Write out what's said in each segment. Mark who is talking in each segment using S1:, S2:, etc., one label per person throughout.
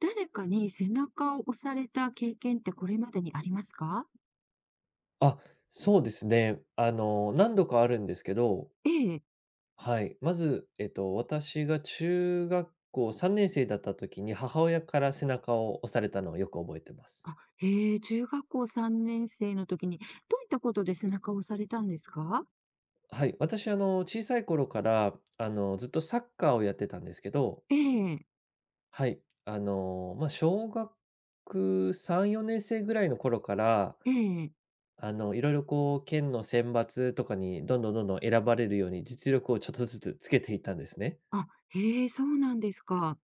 S1: 誰かに背中を押された経験ってこれまでにありますか？
S2: あ、そうですね。何度かあるんですけど、
S1: ええ。
S2: はい。まず、私が中学校3年生だった時に、母親から背中を押されたのをよく覚えてます。
S1: あ、へえ、中学校3年生の時に、どういったことで背中を押されたんですか？
S2: はい、私、小さい頃から、ずっとサッカーをやってたんですけど、
S1: ええ、
S2: はい、まあ、小学3、4年生ぐらいの頃から、
S1: ええ。
S2: いろいろこう、県の選抜とかにどんどんどんどん選ばれるように、実力をちょっとずつつけていったんですね。
S1: あ、へえ、そうなんですか。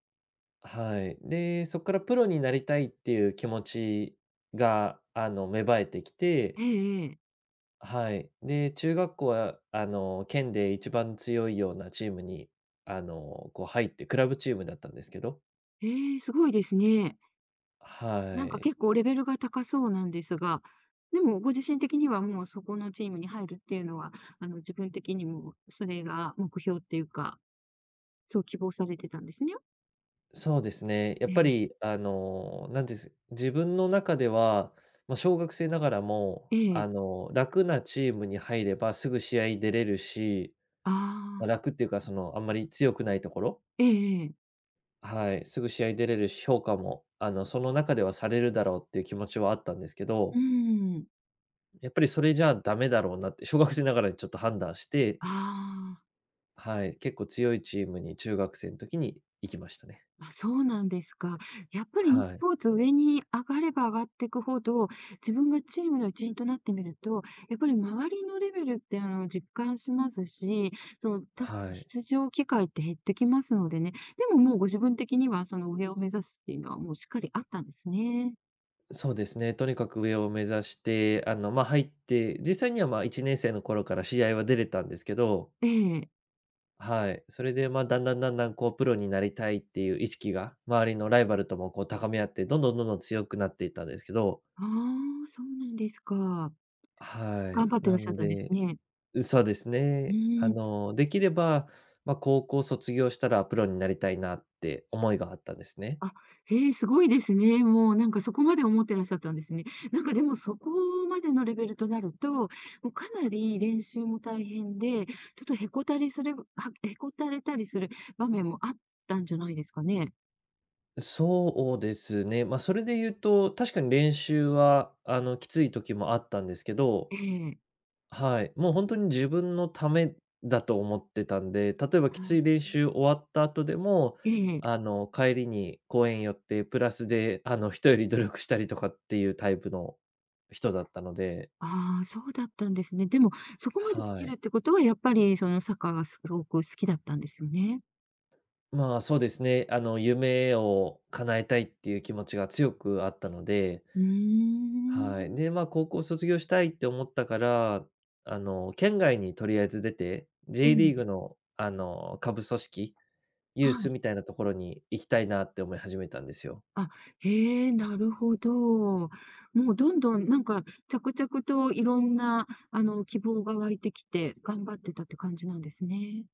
S2: はい。で、そこからプロになりたいっていう気持ちが、芽生えてきて、
S1: ええ、ええ、
S2: はい。で、中学校は、県で一番強いようなチームに、こう入って、クラブチームだったんですけど。
S1: へえ、すごいですね。
S2: は
S1: なんか
S2: い。
S1: 結構レベルが高そうなんですが、でもご自身的にはもうそこのチームに入るっていうのは、自分的にもそれが目標っていうか、そう希望されてたんですね。
S2: そうですね。やっ
S1: え
S2: ぱ
S1: え、
S2: り、あの、なんです、自分の中では、まあ、小学生ながらも、
S1: ええ、
S2: 楽なチームに入ればすぐ試合に出れるし、
S1: ああ。
S2: ま、楽っていうか、その、あんまり強くないところ。
S1: ええええ。
S2: はい、すぐ試合出れるし、評価も、その中ではされるだろうっていう気持ちはあったんですけ
S1: う
S2: ど、
S1: ーん。
S2: やっぱりそれじゃダメだろうなって、小学生ながらにちょっと判断して、
S1: あ
S2: はい、結構強いチームに中学生の時に行きましたね。
S1: あ、あ、そうなんですか。やっぱりね、
S2: は
S1: ス
S2: い、
S1: ポーツ上に上がれば上がっていくほど、自分がチームの一員となってみると、やっぱり周りのレベルって、実感しますし、確か
S2: は
S1: に
S2: い。
S1: 出場機会って減ってきますのでね。でももうご自分的には、上を目指すっていうのはもうしっかりあったんですね。
S2: そうですね、とにかく上を目指して、まあ、入って、実際には、まあ、1年生の頃から試合は出れたんですけど、
S1: ええ。
S2: はい、それで、まあ、だんだんだんだん、こう、プロになりたいっていう意識が、周りのライバルともこう高め合って、どんどんどんどん強くなっていったんですけど。
S1: ああ、そうなんですか。
S2: は
S1: 頑
S2: い。
S1: 張って
S2: な
S1: らっしゃっ
S2: ん
S1: たんです
S2: で、
S1: ね。
S2: そうです
S1: う
S2: ね。
S1: ーん。
S2: できれば、まあ、高校卒業したらプロになりたいなって思いがあったんですね。
S1: あ、へえ、すごいですね。もうなんかそこまで思ってらっしゃったんですね。なんかでもそこまでのレベルとなると、もうかなり練習も大変で、ちょっとへこたれたりする場面もあったんじゃないですかね。
S2: そうですね。まあ、それで言うと、確かに練習は、きつい時もあったんですけど、
S1: ええ、
S2: はい、もう本当に自分のためだと思ってたんで、例えばきつ
S1: あ、
S2: い練習終わった後でも、
S1: ええ、
S2: 帰りに公園寄ってプラスで、人より努力したりとかっていうタイプの人だったので、
S1: ああ、そうだったんですね。でも、そこまでで
S2: は
S1: きる
S2: い。
S1: ってことは、やっぱりそのサッカーがすごく好きだったんですよね。
S2: まあ、そうですね。夢を叶えたいっていう気持ちが強くあったので、
S1: うー
S2: はい。
S1: ん。
S2: で、まあ、高校卒業したいって思ったから、県外にとりあえず出て、
S1: え
S2: J リーグ
S1: え、
S2: の、下部組織、ユ
S1: は
S2: ース
S1: い。
S2: みたいなところに行きたいなって思い始めたんですよ。
S1: あ、へえ、なるほど。もうどんどんなんか着々といろんなあの希望が湧いてきて、頑張ってたって感じなんですね。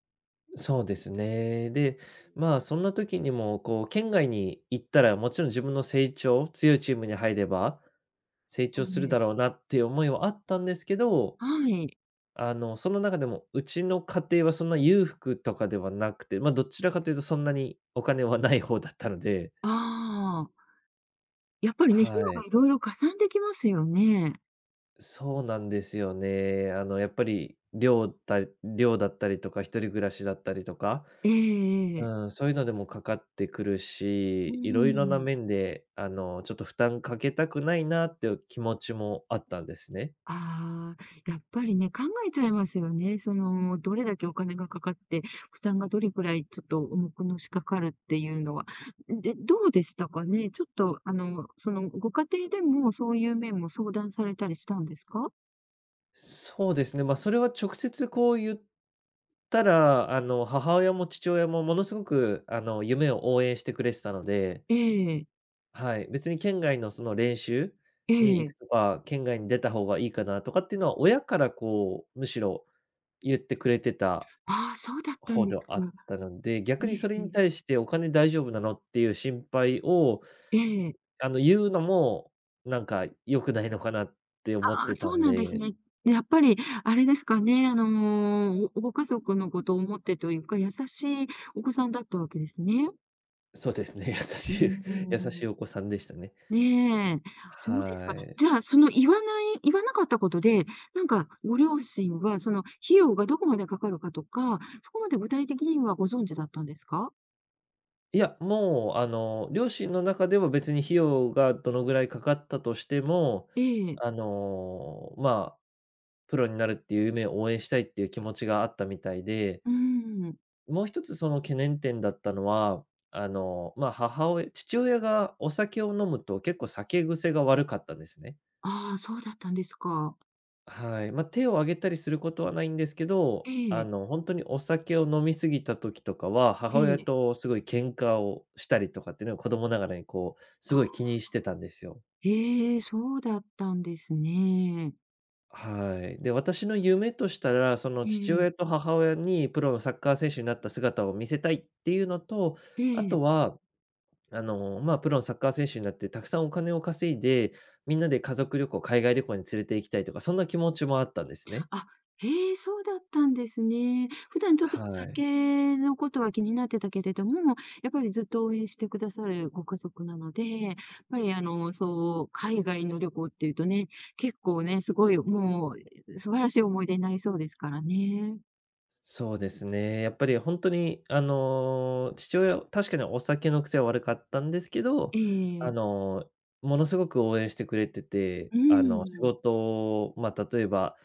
S2: そうですね。で、まあ、そんな時にも、こう、県外に行ったら、もちろん自分の成長、強いチームに入れば、成
S1: え
S2: 長するだ
S1: え。
S2: ろうなっていう思いはあったんですけど、
S1: はい。
S2: その中でも、うちの家庭はそんな裕福とかではなくて、まあ、どちらかというとそんなにお金はない方だったので、
S1: ああ、やっぱりね、費
S2: は
S1: 用
S2: い。
S1: がいろいろかさんできますよね。
S2: そうなんですよね。やっぱり寮だったりとか、一人暮らしだったりとか、
S1: ええええ、
S2: うん、そういうのでもかかってくる
S1: う
S2: し、いろいろな
S1: ん。
S2: 面で、ちょっと負担かけたくないなっていう気持ちもあったんですね。
S1: ああ、やっぱりね、考えちゃいますよね。どれだけお金がかかって、負担がどれくらいちょっと重くのしかかるっていうのは。で、どうでしたかね？ちょっと、ご家庭でもそういう面も相談されたりしたんですか？
S2: そうですね、まあ、それは直接こう言ゆただ、母親も父親もものすごく、夢を応援してくれてたので、
S1: ええ、
S2: はい、別に県外のその練習
S1: え
S2: に行く
S1: え。
S2: とか、県外に出た方がいいかなとかっていうのは、親からこう、むしろ言ってくれてた
S1: ああ、そうだったん
S2: 方
S1: で
S2: で
S1: す
S2: はあっ
S1: か。
S2: たので、逆
S1: え
S2: にそれに
S1: え、
S2: 対してお金大丈夫なのっていう心配を、
S1: ええ。
S2: 言うのも、なんか良くないのかなって思っ
S1: ああ、
S2: て
S1: そ
S2: た
S1: う
S2: ん
S1: なんです
S2: で、
S1: ね。やっぱりあれですかね、あのー、ごご家族のことを思ってというか、優しいお子さんだったわけですね。
S2: そうですね、優
S1: うー
S2: しい 優しい
S1: ん。
S2: お子さんでしたね。
S1: ねえ、そうです
S2: は
S1: か。
S2: い。
S1: じゃあ、その言わない言わなかったことで、なんかご両親は、その費用がどこまでかかるかとか、そこまで具体的にはご存知だったんですか？
S2: いや、もう、両親の中では別に費用がどのぐらいかかったとしても、
S1: ええ、
S2: まあ、プロになるっていう夢を応援したいっていう気持ちがあったみたいで、
S1: うん。
S2: もう一つその懸念点だったのは、まあ、母親父親がお酒を飲むと結構酒癖が悪かったんですね。
S1: ああ、そうだったんですか。
S2: はい。まあ、手を挙げたりすることはないんですけ
S1: え
S2: ど、
S1: え、
S2: 本当にお酒を飲み過ぎた時とかは、
S1: え
S2: 母親
S1: え。
S2: とすごい喧嘩をしたりとかっていうのを子供ながらにこう、すご
S1: あ、
S2: い気にしてたんですよ。
S1: ええ、そうだったんですね。
S2: はい。で、私の夢としたら、その
S1: え
S2: 父親
S1: え、
S2: と母親にプロのサッカー選手になった姿を見せたいっていうのと、
S1: え
S2: あ
S1: え。
S2: とは、まあ、プロのサッカー選手になってたくさんお金を稼いで、みんなで家族旅行、海外旅行に連れて行きたいとか、そんな気持ちもあったんですね。
S1: あ、へえ、そうだったんですね。普段ちょっとお
S2: はい。
S1: 酒のことは気になってたけれども、やっぱりずっと応援してくださるご家族なので、やっぱりそう、海外の旅行っていうとね、結構ね、すごいもう素晴らしい思い出になりそうですからね。
S2: そうですね。やっぱり本当に、父親確かにお酒の癖は悪かったんですけど、
S1: え
S2: あ
S1: え、
S2: の、ものすごく応援してくれてて、
S1: う
S2: 仕
S1: ん、
S2: 事を、まあ、例えば、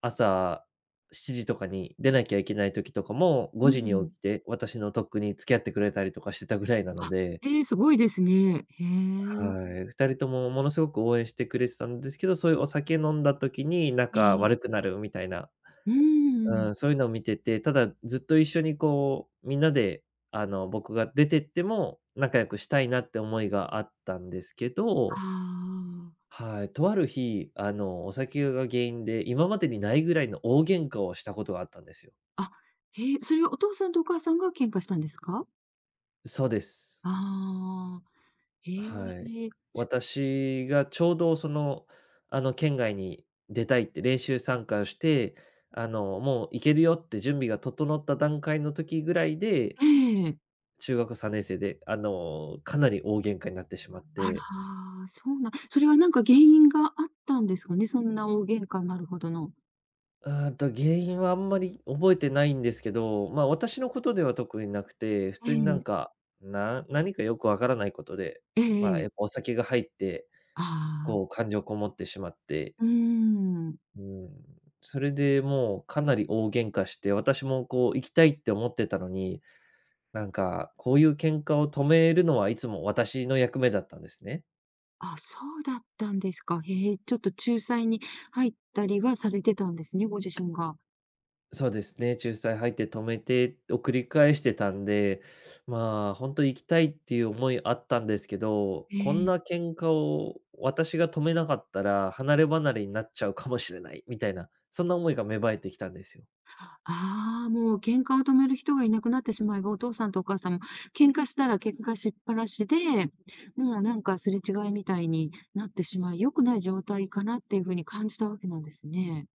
S2: 朝7時とかに出なきゃいけない時とかも、5
S1: う
S2: 時に起
S1: ん。
S2: きて、私のとっくに付き合ってくれたりとかしてたぐらいなの
S1: あ、
S2: で、
S1: ええ、すごいですね。へえ。
S2: はい、2人ともものすごく応援してくれてたんですけど、そういうお酒飲んだ時に
S1: え
S2: 仲
S1: え、
S2: 悪くなるみたいな、
S1: うん。
S2: うん、そういうのを見てて、ただずっと一緒にこう、みんなで、僕が出てっても、仲良くしたいなって思いがあったんですけ
S1: あ
S2: ど、
S1: あ。
S2: はい、とある日、お酒が原因で、今までにないぐらいの大喧嘩をしたことがあったんですよ。
S1: あ、へえ、それはお父さんとお母さんが喧嘩したんですか？
S2: そうです。
S1: ああー。
S2: はい。
S1: へえ、
S2: 私がちょうどその、県外に出たいって練習参加して、もう行けるよって準備が整った段階の時ぐらいで、
S1: ええ。
S2: 中学3年生で、かなり大喧嘩になってしまっ
S1: あら、
S2: て、
S1: そうなそれはなんか原因があったんですかね？そんな大喧嘩になるほどの。
S2: あーと、原因はあんまり覚えてないんですけど、ま、私のことでは特になくて、普
S1: え
S2: 通になん
S1: え。
S2: か、何かよくわからないことで、
S1: ええ
S2: ま、
S1: え
S2: やっぱ
S1: え。
S2: お酒が入って、
S1: ああ、
S2: こう感情こもってしまって、
S1: うーん。
S2: うん、それでもうかなり大喧嘩して、私もこう行きたいって思ってたのに、なんかこういう喧嘩を止めるのはいつも私の役目だったんですね。
S1: あ、そうだったんですか。へえ、ちょっと仲裁に入ったりはされてたんですね、ご自身が。
S2: そうですね、仲裁入って止めてを繰り返してたんで、まあ、本当行きたいっていう思いあったんですけど、
S1: へ
S2: こん
S1: え。
S2: な喧嘩を私が止めなかったら離れ離れになっちゃうかもしれないみたいな、そんな思いが芽生えてきたんですよ。
S1: ああ、もう喧嘩を止める人がいなくなってしまえば、お父さんとお母さんも喧嘩したら喧嘩しっぱなしで、もうなんかすれ違いみたいになってしまい、良くない状態かなっていう風に感じたわけなんですね。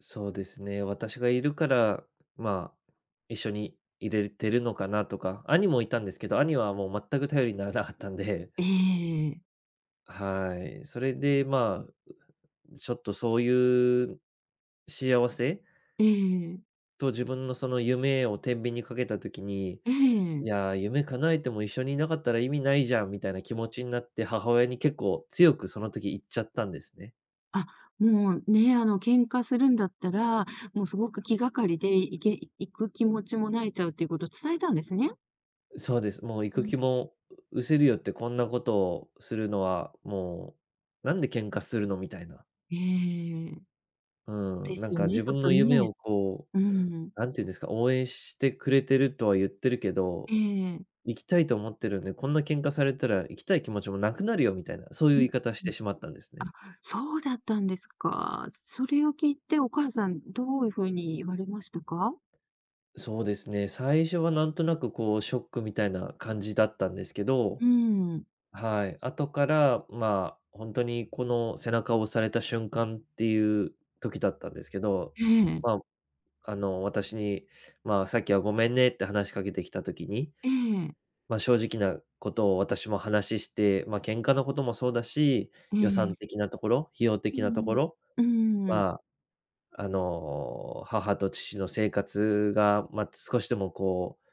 S2: そうですね、私がいるから、まあ、一緒に入れてるのかなとか、兄もいたんですけど、兄はもう全く頼りにならなかったんで、
S1: ええ、
S2: はい。それで、まあ、ちょっとそういう幸せ
S1: ええ、
S2: と自分のその夢を天秤にかけた時に、
S1: え
S2: い
S1: え。
S2: や、夢叶えても一緒にいなかったら意味ないじゃんみたいな気持ちになって、母親に結構強くその時言っちゃったんですね。
S1: あ、もうね、あの喧嘩するんだったら、もうすごく気がかりで行く気持ちも萎えちゃうっていうことを伝えたんですね。
S2: そうです。もう行
S1: う
S2: く気
S1: ん。
S2: もう失せるよってこんなことをするのは、もう、なんで喧嘩するのみたいな。
S1: ええ、
S2: う
S1: で
S2: な
S1: す
S2: ん
S1: よ
S2: か
S1: ね、
S2: 自
S1: ちょっ
S2: 分
S1: と
S2: の夢
S1: ね。
S2: を
S1: うん。
S2: なんて言うんですか、応援してくれてるとは言ってるけ
S1: え
S2: ど、
S1: え。
S2: 行きたいと思ってるんで、こんな喧嘩されたら行きたい気持ちもなくなるよみたいな、そういう
S1: う
S2: 言
S1: ん。
S2: い方してしまったんですね。
S1: あ、そうだったんですか。それを聞いてお母さん、どういうふうに言われましたか？
S2: そうですね、最初はなんとなくこうショックみたいな感じだったんですけど、
S1: うん。
S2: はい、後から、本当にこの背中を押された瞬間っていう時だったんですけど、
S1: ええ、
S2: まあ、私に、さっきはごめんねって話しかけてきた時に、
S1: ええ、
S2: 正直なことを私も話して、喧嘩のこともそうだし、
S1: え
S2: 予
S1: え。
S2: 算的なところ、費用
S1: う
S2: 的なとこ
S1: ん。
S2: ろ、
S1: うん。
S2: まあ、母と父の生活が、少しでもこう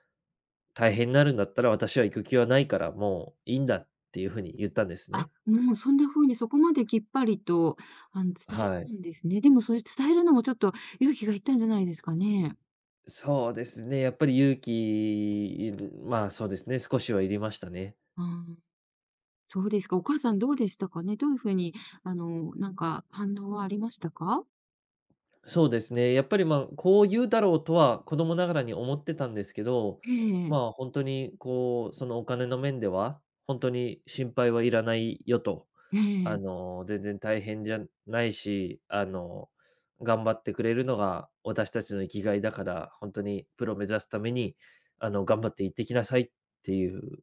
S2: 大変になるんだったら、私は行く気はないから、もういいんだっていうふうに言ったんです
S1: あ、
S2: ね。
S1: もうそんな風にそこまできっぱりと、伝え
S2: は
S1: た
S2: い。
S1: んですね。でもそれ伝えるのもちょっと勇気がいったんじゃないですかね。
S2: そうですね、やっぱり勇気まあ、そうですね、少しはいりましたね。
S1: うん、そうですか。お母さんどうでしたかね？どういうふうに、なんか反応はありましたか？
S2: そうですね、やっぱり、こう言うだろうとは子供ながらに思ってたんですけど、
S1: ええ、
S2: 本当にこう、そのお金の面では、本当に心配はいらないよと。
S1: ええ。
S2: 全然大変じゃないし、頑張ってくれるのが私たちの生きがいだから、本当にプロ目指すために、頑張って行ってきなさいっていう、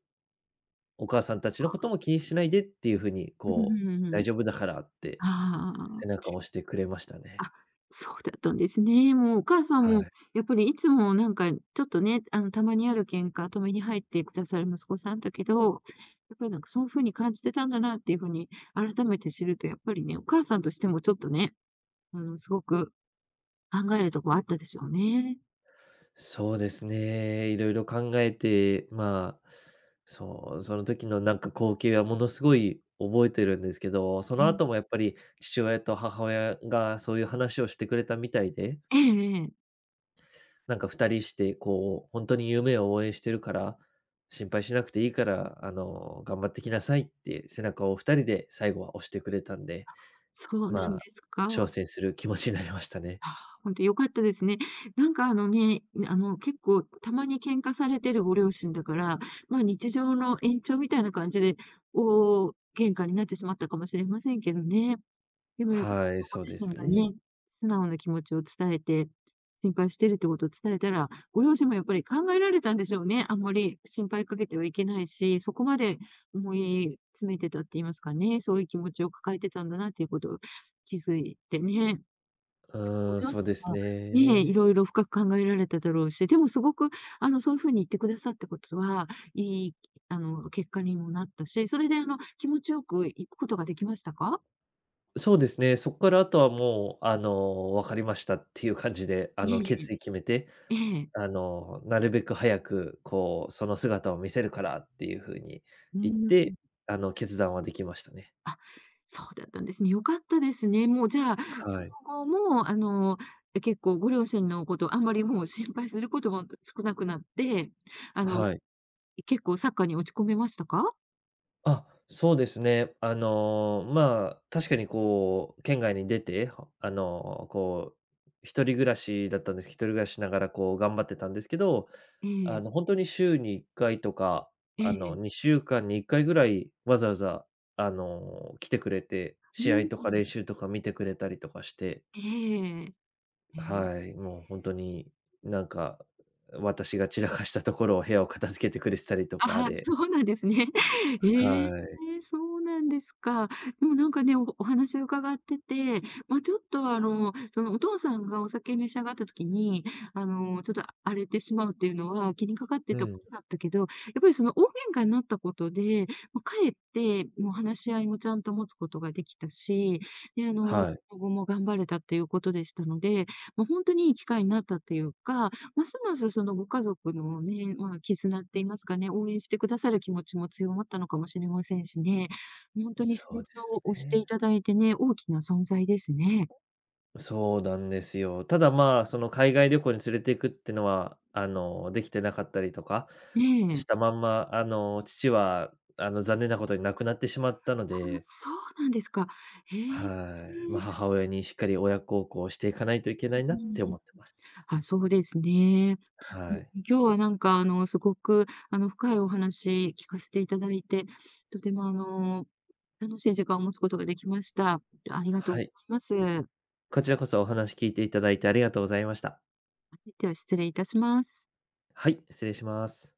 S2: お母さんたちのことも気にしないでっていう風に、
S1: うんう
S2: こ
S1: ん
S2: う、
S1: う
S2: 大
S1: ん。
S2: 丈夫だからって
S1: あああ
S2: 背
S1: あ。
S2: 中を押してくれましたね。
S1: あ、そうだったんですね。もうお母さん
S2: は
S1: も、
S2: い。
S1: やっぱりいつもなんかちょっとね、たまにある喧嘩、止めに入ってくださる息子さんだけど、やっぱりなんかそういう風に感じてたんだなっていう風に改めて知ると、やっぱりね、お母さんとしてもちょっとね、すごく考えるとこあったでしょうね。
S2: そうですね。いろいろ考えて、その時のなんか光景はものすごい覚えてるんですけど、そ
S1: う
S2: の
S1: ん。
S2: 後もやっぱり父親と母親がそういう話をしてくれたみたいで、
S1: ええええ。
S2: なんか二人してこう、本当に夢を応援してるから、心配しなくていいから、頑張ってきなさいって背中を二人で最後は押してくれたんで、
S1: そうなん
S2: ま
S1: で
S2: あ、
S1: すか。
S2: 挑戦する気持ちになりましたね。
S1: あ、本当良かったですね。なんか結構たまに喧嘩されてるご両親だから、ま、日常の延長みたいな感じで、大喧嘩になってしまったかもしれませんけどね。でも、ご
S2: はい、そう
S1: 自
S2: で
S1: 身
S2: す
S1: が
S2: ね。
S1: ね、素直な気持ちを伝えて、心配してるってことを伝えたら、ご両親もやっぱり考えられたんでしょうね。あんまり心配かけてはいけないし、そこまで思い詰めてたって言いますかね、そういう気持ちを抱えてたんだなっていうことを気づいてね。ご
S2: うん、
S1: 両
S2: そう
S1: 親
S2: です
S1: もね、い
S2: ね。
S1: ろいろ深く考えられただろうし、でもすごく、そういう風に言ってくださったことは、いい、結果にもなったし、それで、気持ちよく行くことができましたか？
S2: そうですね、そこからあとはもう、分かりましたっていう感じで、
S1: ええええ。
S2: 決意決めて、なるべく早く、こう、その姿を見せるからっていうふうに
S1: うー
S2: 言って、
S1: ん。
S2: 決断はできましたね。
S1: あ、そうだったんですね。良かったですね。もうじゃあ、そ
S2: はい。
S1: の後も、結構ご両親のこと、あんまりもう心配することも少なくなって、あの、
S2: はい。
S1: 結構サッカーに落ち込めましたか？
S2: あ、そうですね。確かにこう、県外に出て、あの、こ一人暮らしだったんですけど、一人暮らししながらこう頑張ってたんですけど、
S1: ええ。
S2: 本当に週に1回とか、
S1: ええ。
S2: 2週間に1回ぐらい、わざわざ、来てくれて、
S1: う
S2: 試合とか
S1: ん。
S2: 練習とか見てくれたりとかして、
S1: ええ。ええ。
S2: はい、もう本当に、なんか、私が散らかしたところを部屋を片付けてくれてたりと
S1: あ、
S2: かで、
S1: そうなんですね。ええ、
S2: はい。
S1: そうなんですか。でもなんかね、お話を伺ってて、まあ、ちょっとそのお父さんがお酒召し上がった時に、ちょっと荒れてしまうっていうのは気にかかっ
S2: う
S1: てたこ
S2: ん、
S1: とだったけど、やっぱりその大喧嘩になったことで、まあ、かえってもう話し合いもちゃんと持つことができたし、で、
S2: はい、
S1: 今後も頑張れたっていうことでしたので、本当にいい機会になったっていうか、ますますそのご家族のね、まあ、絆って言いますかね、応援してくださる気持ちも強まったのかもしれませんしね。本当とに成
S2: そうで
S1: 長
S2: す
S1: を推してい
S2: ね。
S1: ただいてね、大きな存在ですね。
S2: そうなんですよ。ただ、海外旅行に連れて行くってのは、できてなかったりとか
S1: え
S2: し
S1: え。
S2: たまんま、父は、残念なことに亡くなってしまったの
S1: ああ、
S2: で、
S1: そうなんですか。へえ。
S2: はい。まあ、母親にしっかり親孝行をしていかないといけない
S1: う
S2: なって
S1: ん。
S2: 思ってます。
S1: あ、そうですね。う
S2: は
S1: ん、
S2: い。
S1: 今日はなんかすごく深いお話聞かせていただいて、とても楽しい時間を持つことができました。ありがとう
S2: はい。
S1: ございます。
S2: こちらこそお話聞いていただいてありがとうございました。
S1: では失礼いたします。
S2: はい、失礼します。